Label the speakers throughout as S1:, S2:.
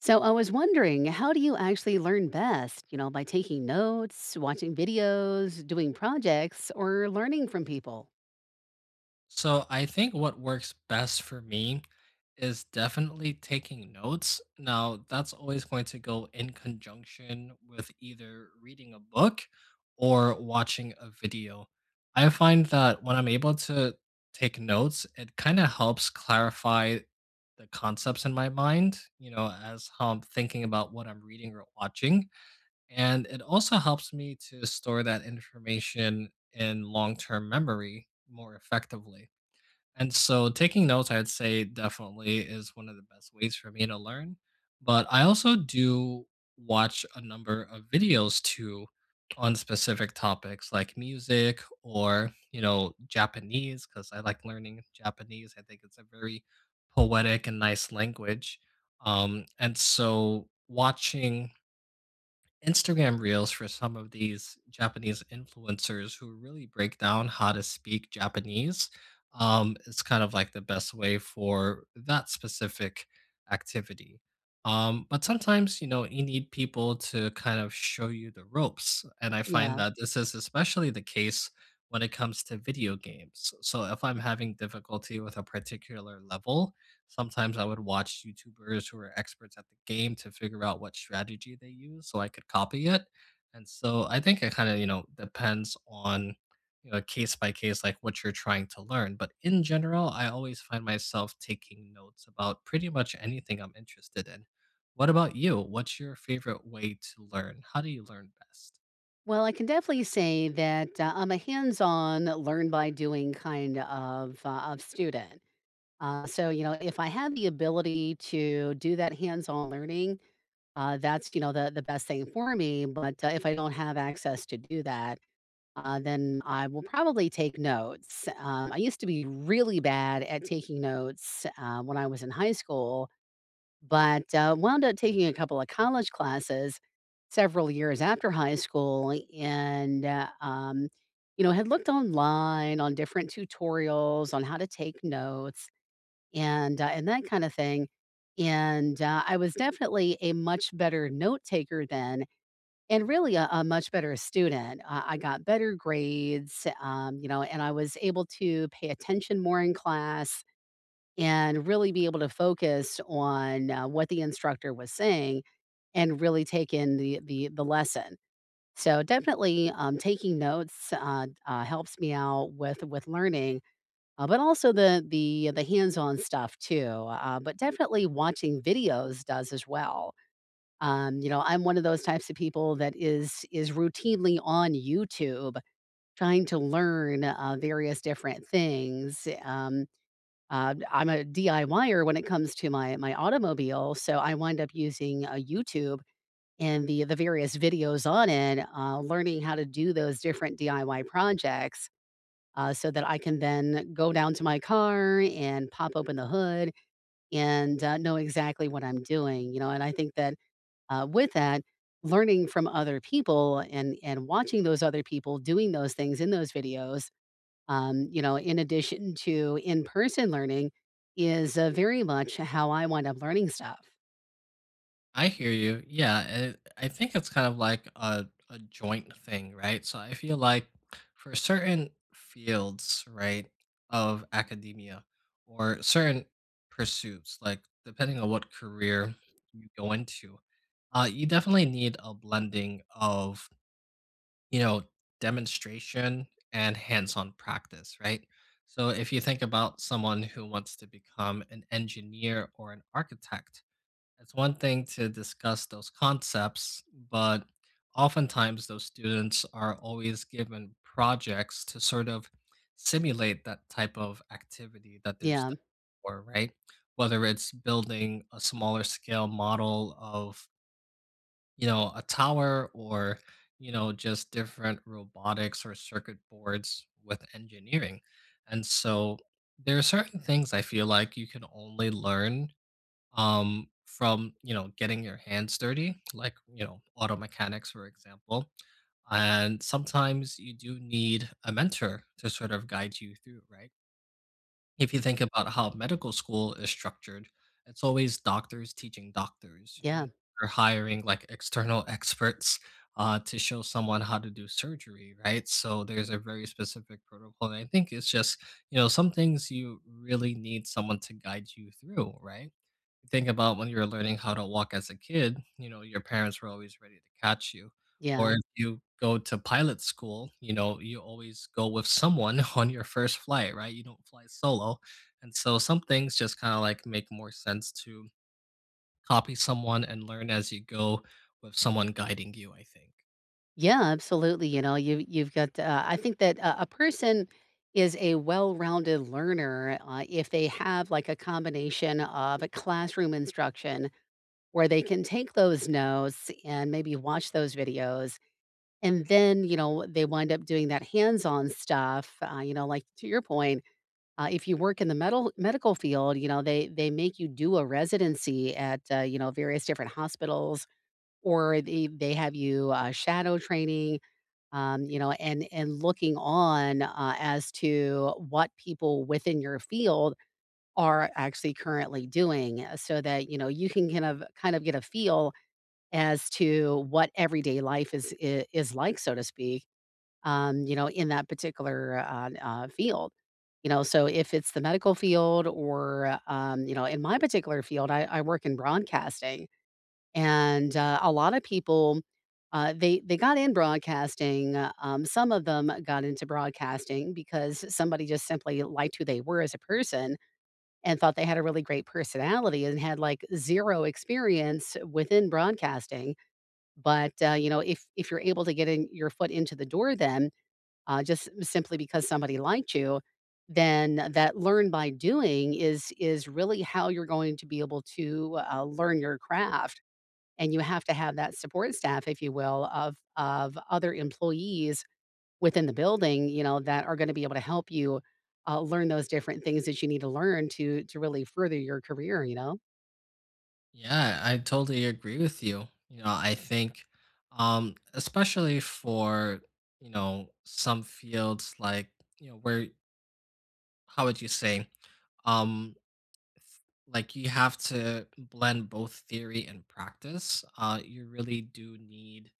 S1: So I was wondering, how do you actually learn best? You know, by taking notes, watching videos, doing projects, or learning from people?
S2: So I think what works best for me is definitely taking notes. Now, that's always going to go in conjunction with either reading a book or watching a video. I find that when I'm able to take notes, it kind of helps clarify the concepts in my mind, you know, as how I'm thinking about what I'm reading or watching. And it also helps me to store that information in long term memory more effectively. And so taking notes, I'd say definitely is one of the best ways for me to learn. But I also do watch a number of videos too on specific topics like music or, you know, Japanese, because I like learning Japanese. I think it's a very poetic and nice language. And so watching Instagram reels for some of these Japanese influencers who really break down how to speak Japanese. It's kind of like the best way for that specific activity. But sometimes, you know, you need people to kind of show you the ropes. And I find
S1: Yeah.
S2: that this is especially the case when it comes to video games. So if I'm having difficulty with a particular level, sometimes I would watch YouTubers who are experts at the game to figure out what strategy they use so I could copy it. And so I think it kind of, you know, depends on, you know, case by case, like what you're trying to learn. But in general, I always find myself taking notes about pretty much anything I'm interested in. What about you? What's your favorite way to learn? How do you learn best?
S1: Well, I can definitely say that I'm a hands-on, learn by doing kind of student. So you know, if I have the ability to do that hands-on learning, that's you know the best thing for me. But if I don't have access to do that, then I will probably take notes. I used to be really bad at taking notes when I was in high school, but wound up taking a couple of college classes several years after high school, and you know had looked online on different tutorials on how to take notes and that kind of thing. And I was definitely a much better note taker then and really a much better student. I got better grades, you know, and I was able to pay attention more in class and really be able to focus on, what the instructor was saying and really take in the lesson. So definitely, taking notes, helps me out with learning, but also the hands-on stuff too, but definitely watching videos does as well. You know, I'm one of those types of people that is routinely on YouTube trying to learn, various different things. I'm a DIYer when it comes to my my automobile, so I wind up using, YouTube and the various videos on it, learning how to do those different DIY projects, so that I can then go down to my car and pop open the hood and, know exactly what I'm doing, you know, and I think that with that, learning from other people and watching those other people doing those things in those videos, you know, in addition to in person learning, is very much how I wind up learning stuff.
S2: I hear you. Yeah, it, I think it's kind of like a joint thing, right? So I feel like for certain fields, right, of academia or certain pursuits, like depending on what career you go into, you definitely need a blending of, you know, demonstration and hands on practice, right? So if you think about someone who wants to become an engineer or an architect, it's one thing to discuss those concepts, but oftentimes those students are always given projects to sort of simulate that type of activity that they're
S1: Yeah,
S2: studying for, right? Whether it's building a smaller scale model of, you know, a tower or, you know, just different robotics or circuit boards with engineering. And so there are certain things I feel like you can only learn from you know getting your hands dirty, like you know auto mechanics, for example. And sometimes you do need a mentor to sort of guide you through, right? If you think about how medical school is structured, it's always doctors teaching doctors. You
S1: yeah,
S2: know, you're hiring like external experts to show someone how to do surgery, right? So there's a very specific protocol. And I think it's just, you know, some things you really need someone to guide you through, right? Think about when you were learning how to walk as a kid, you know, your parents were always ready to catch you. Or
S1: yeah,
S2: if you go to pilot school, you know, you always go with someone on your first flight, right? You don't fly solo. And so some things just kind of like make more sense to copy someone and learn as you go with someone guiding you, I think.
S1: yeah, absolutely. You know, you you've got. I think that a person is a well-rounded learner if they have like a combination of a classroom instruction where they can take those notes and maybe watch those videos. And then, you know, they wind up doing that hands-on stuff, you know, like to your point, if you work in the medical field, you know, they make you do a residency at, you know, various different hospitals, or they have you, shadow training, you know, and looking on, as to what people within your field are actually currently doing, so that, you know, you can kind of get a feel as to what everyday life is like, so to speak, you know, in that particular, field. You know, so if it's the medical field or, you know, in my particular field, I work in broadcasting, and a lot of people, they got in broadcasting. Some of them got into broadcasting because somebody just simply liked who they were as a person and thought they had a really great personality and had like zero experience within broadcasting. But you know, if you're able to get in your foot into the door, then just simply because somebody liked you, then that learn by doing is really how you're going to be able to learn your craft. And you have to have that support staff, if you will, of other employees within the building, you know, that are going to be able to help you learn those different things that you need to learn to really further your career. You know,
S2: Yeah, I totally agree with you. You know, I think especially for, you know, some fields like, you know, where how would you say um like you have to blend both theory and practice you really do need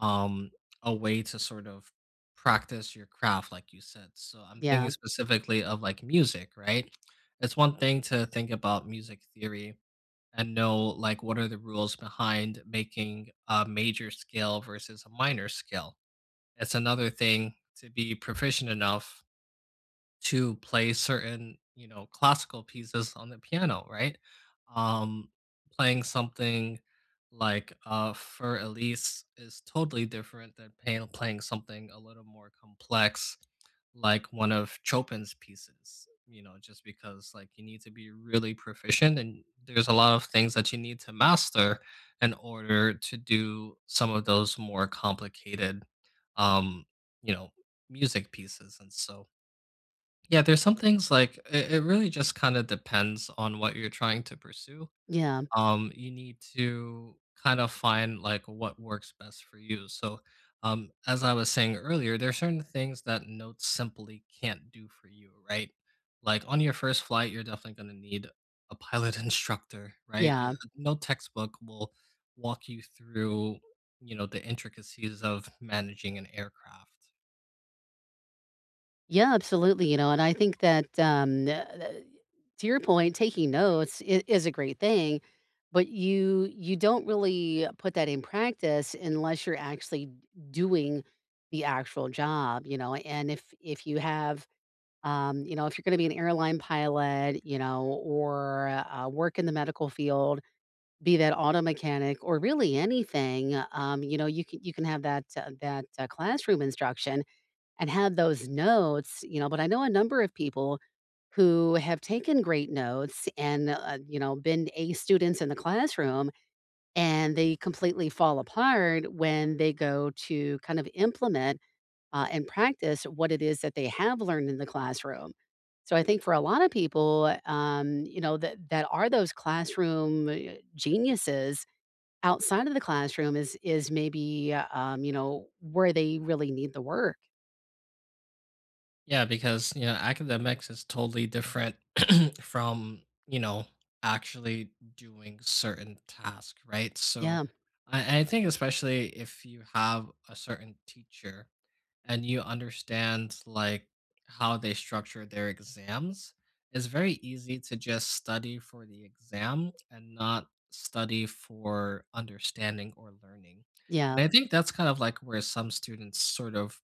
S2: um a way to sort of practice your craft like you said. So I'm thinking
S1: yeah,
S2: specifically of like music, right? It's one thing to think about music theory and know like what are the rules behind making a major scale versus a minor scale. It's another thing to be proficient enough to play certain, you know, classical pieces on the piano, right? Um, playing something like Fur Elise is totally different than playing, playing something a little more complex, like one of Chopin's pieces, you know, just because like you need to be really proficient and there's a lot of things that you need to master in order to do some of those more complicated, um, you know, music pieces. And so, yeah, there's some things like it really just kind of depends on what you're trying to pursue.
S1: yeah,
S2: You need to kind of find like what works best for you. So, as I was saying earlier, there are certain things that notes simply can't do for you, right? Like on your first flight, you're definitely going to need a pilot instructor, right? Your,
S1: yeah.
S2: no textbook will walk you through, you know, the intricacies of managing an aircraft.
S1: Yeah, absolutely, you know, and I think that, to your point, taking notes I is a great thing, but you don't really put that in practice unless you're actually doing the actual job, you know, and if you have, you know, if you're gonna be an airline pilot, you know, or, work in the medical field, be that auto mechanic or really anything, you know, you can have that, classroom instruction and had those notes, you know, but I know a number of people who have taken great notes and, you know, been A students in the classroom, and they completely fall apart when they go to kind of implement and practice what it is that they have learned in the classroom. So I think for a lot of people, you know, that that are those classroom geniuses outside of the classroom is maybe you know where they really need the work.
S2: Yeah, because you know academics is totally different from, you know, actually doing certain task, right? So
S1: Yeah,
S2: I think especially if you have a certain teacher and you understand like how they structure their exams, it's very easy to just study for the exam and not study for understanding or learning. And
S1: yeah.
S2: I think that's kind of like where some students sort of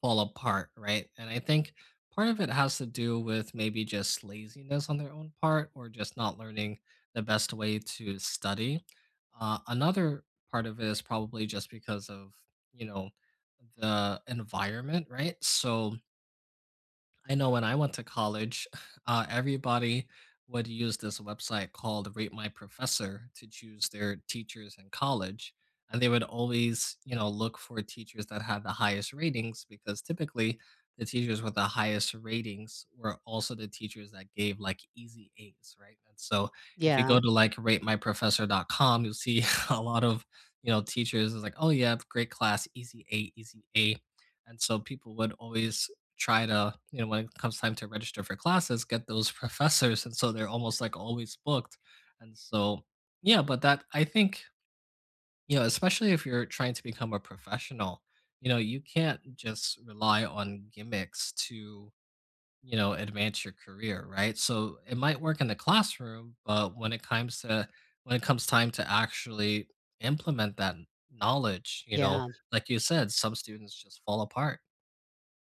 S2: fall apart, right? And I think part of it has to do with maybe just laziness on their own part or just not learning the best way to study. Another part of it is probably just because of, you know, the environment, right? So, I know when I went to college, everybody would use this website called Rate My Professor to choose their teachers in college. And they would always, you know, look for teachers that had the highest ratings because typically the teachers with the highest ratings were also the teachers that gave like easy A's, right? And so if you go
S1: Yeah,
S2: to like ratemyprofessor.com, you'll see a lot of, you know, teachers is like, oh, yeah, great class, easy A, easy A. And so people would always try to, you know, when it comes time to register for classes, get those professors. And so they're almost like always booked. And so, yeah, but that I think, you know, especially if you're trying to become a professional, you know, you can't just rely on gimmicks to, you know, advance your career, right? So it might work in the classroom, but when it comes to when it comes time to actually implement that knowledge, you know,
S1: yeah.
S2: like you said, some students just fall apart.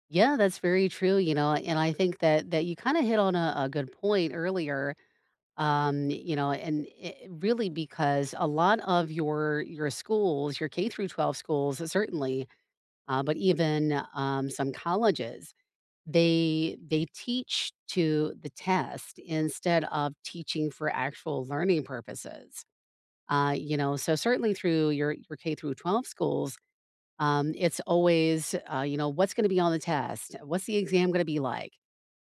S1: Yeah, that's very true, you know, and I think that that you kinda hit on a good point earlier, you know, and it really because a lot of your schools, your K through 12 schools certainly, but even, some colleges, they teach to the test instead of teaching for actual learning purposes. You know, so certainly through your K through 12 schools, it's always, you know, what's going to be on the test? What's the exam going to be like?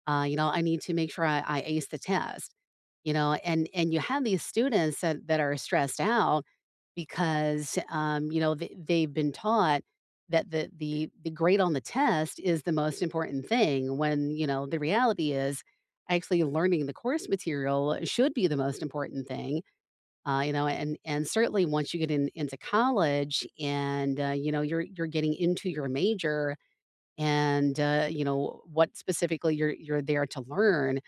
S1: You know, I need to make sure I ace the test. You know, and you have these students that, that are stressed out because you know they, they've been taught that the grade on the test is the most important thing. When you know the reality is actually learning the course material should be the most important thing, you know, and certainly once you get in into college and, you know, you're getting into your major and, you know, what specifically you're there to learn,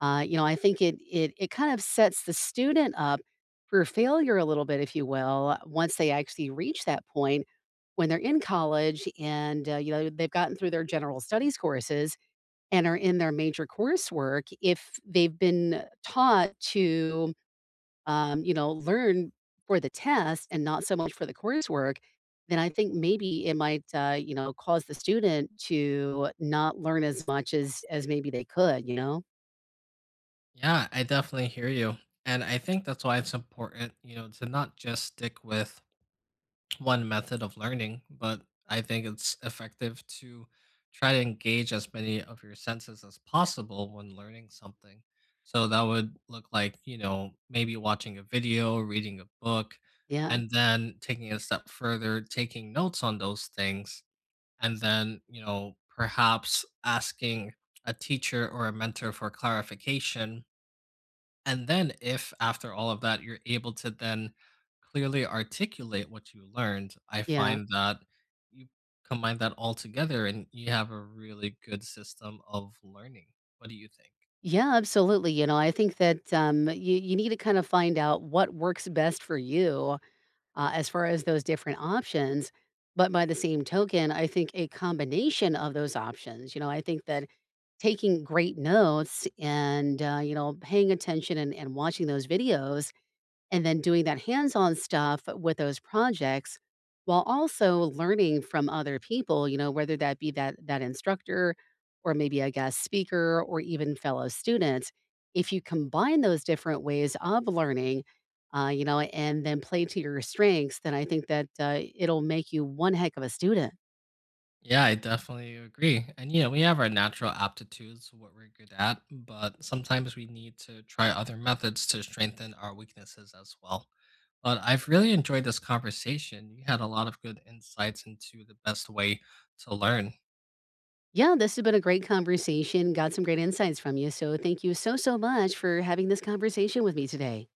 S1: you know, I think it kind of sets the student up for failure a little bit, if you will, once they actually reach that point when they're in college and, you know, they've gotten through their general studies courses and are in their major coursework if they've been taught to you know, learn for the test and not so much for the coursework, then I think maybe it might, you know, cause the student to not learn as much as maybe they could, you know?
S2: Yeah, I definitely hear you. And I think that's why it's important, you know, to not just stick with one method of learning, but I think it's effective to try to engage as many of your senses as possible when learning something. So that would look like, you know, maybe watching a video, reading a book,
S1: Yeah.
S2: and then taking it a step further, taking notes on those things, and then, you know, perhaps asking a teacher or a mentor for clarification and then, if after all of that, you're able to then clearly articulate what you learned, I
S1: Yeah.
S2: find that you combine that all together and you have a really good system of learning. What do you think?
S1: Yeah, absolutely. You know, I think that you you need to kind of find out what works best for you as far as those different options. But by the same token, I think a combination of those options. You know, I think that taking great notes and, you know, paying attention and watching those videos and then doing that hands-on stuff with those projects while also learning from other people, you know, whether that be that that instructor or maybe a guest speaker or even fellow students. If you combine those different ways of learning, you know, and then play to your strengths, then I think that it'll make you one heck of a student.
S2: Yeah, I definitely agree. And, you know, we have our natural aptitudes, what we're good at, but sometimes we need to try other methods to strengthen our weaknesses as well. But I've really enjoyed this conversation. You had a lot of good insights into the best way to learn.
S1: Yeah, this has been a great conversation. Got some great insights from you. So thank you so, so much for having this conversation with me today.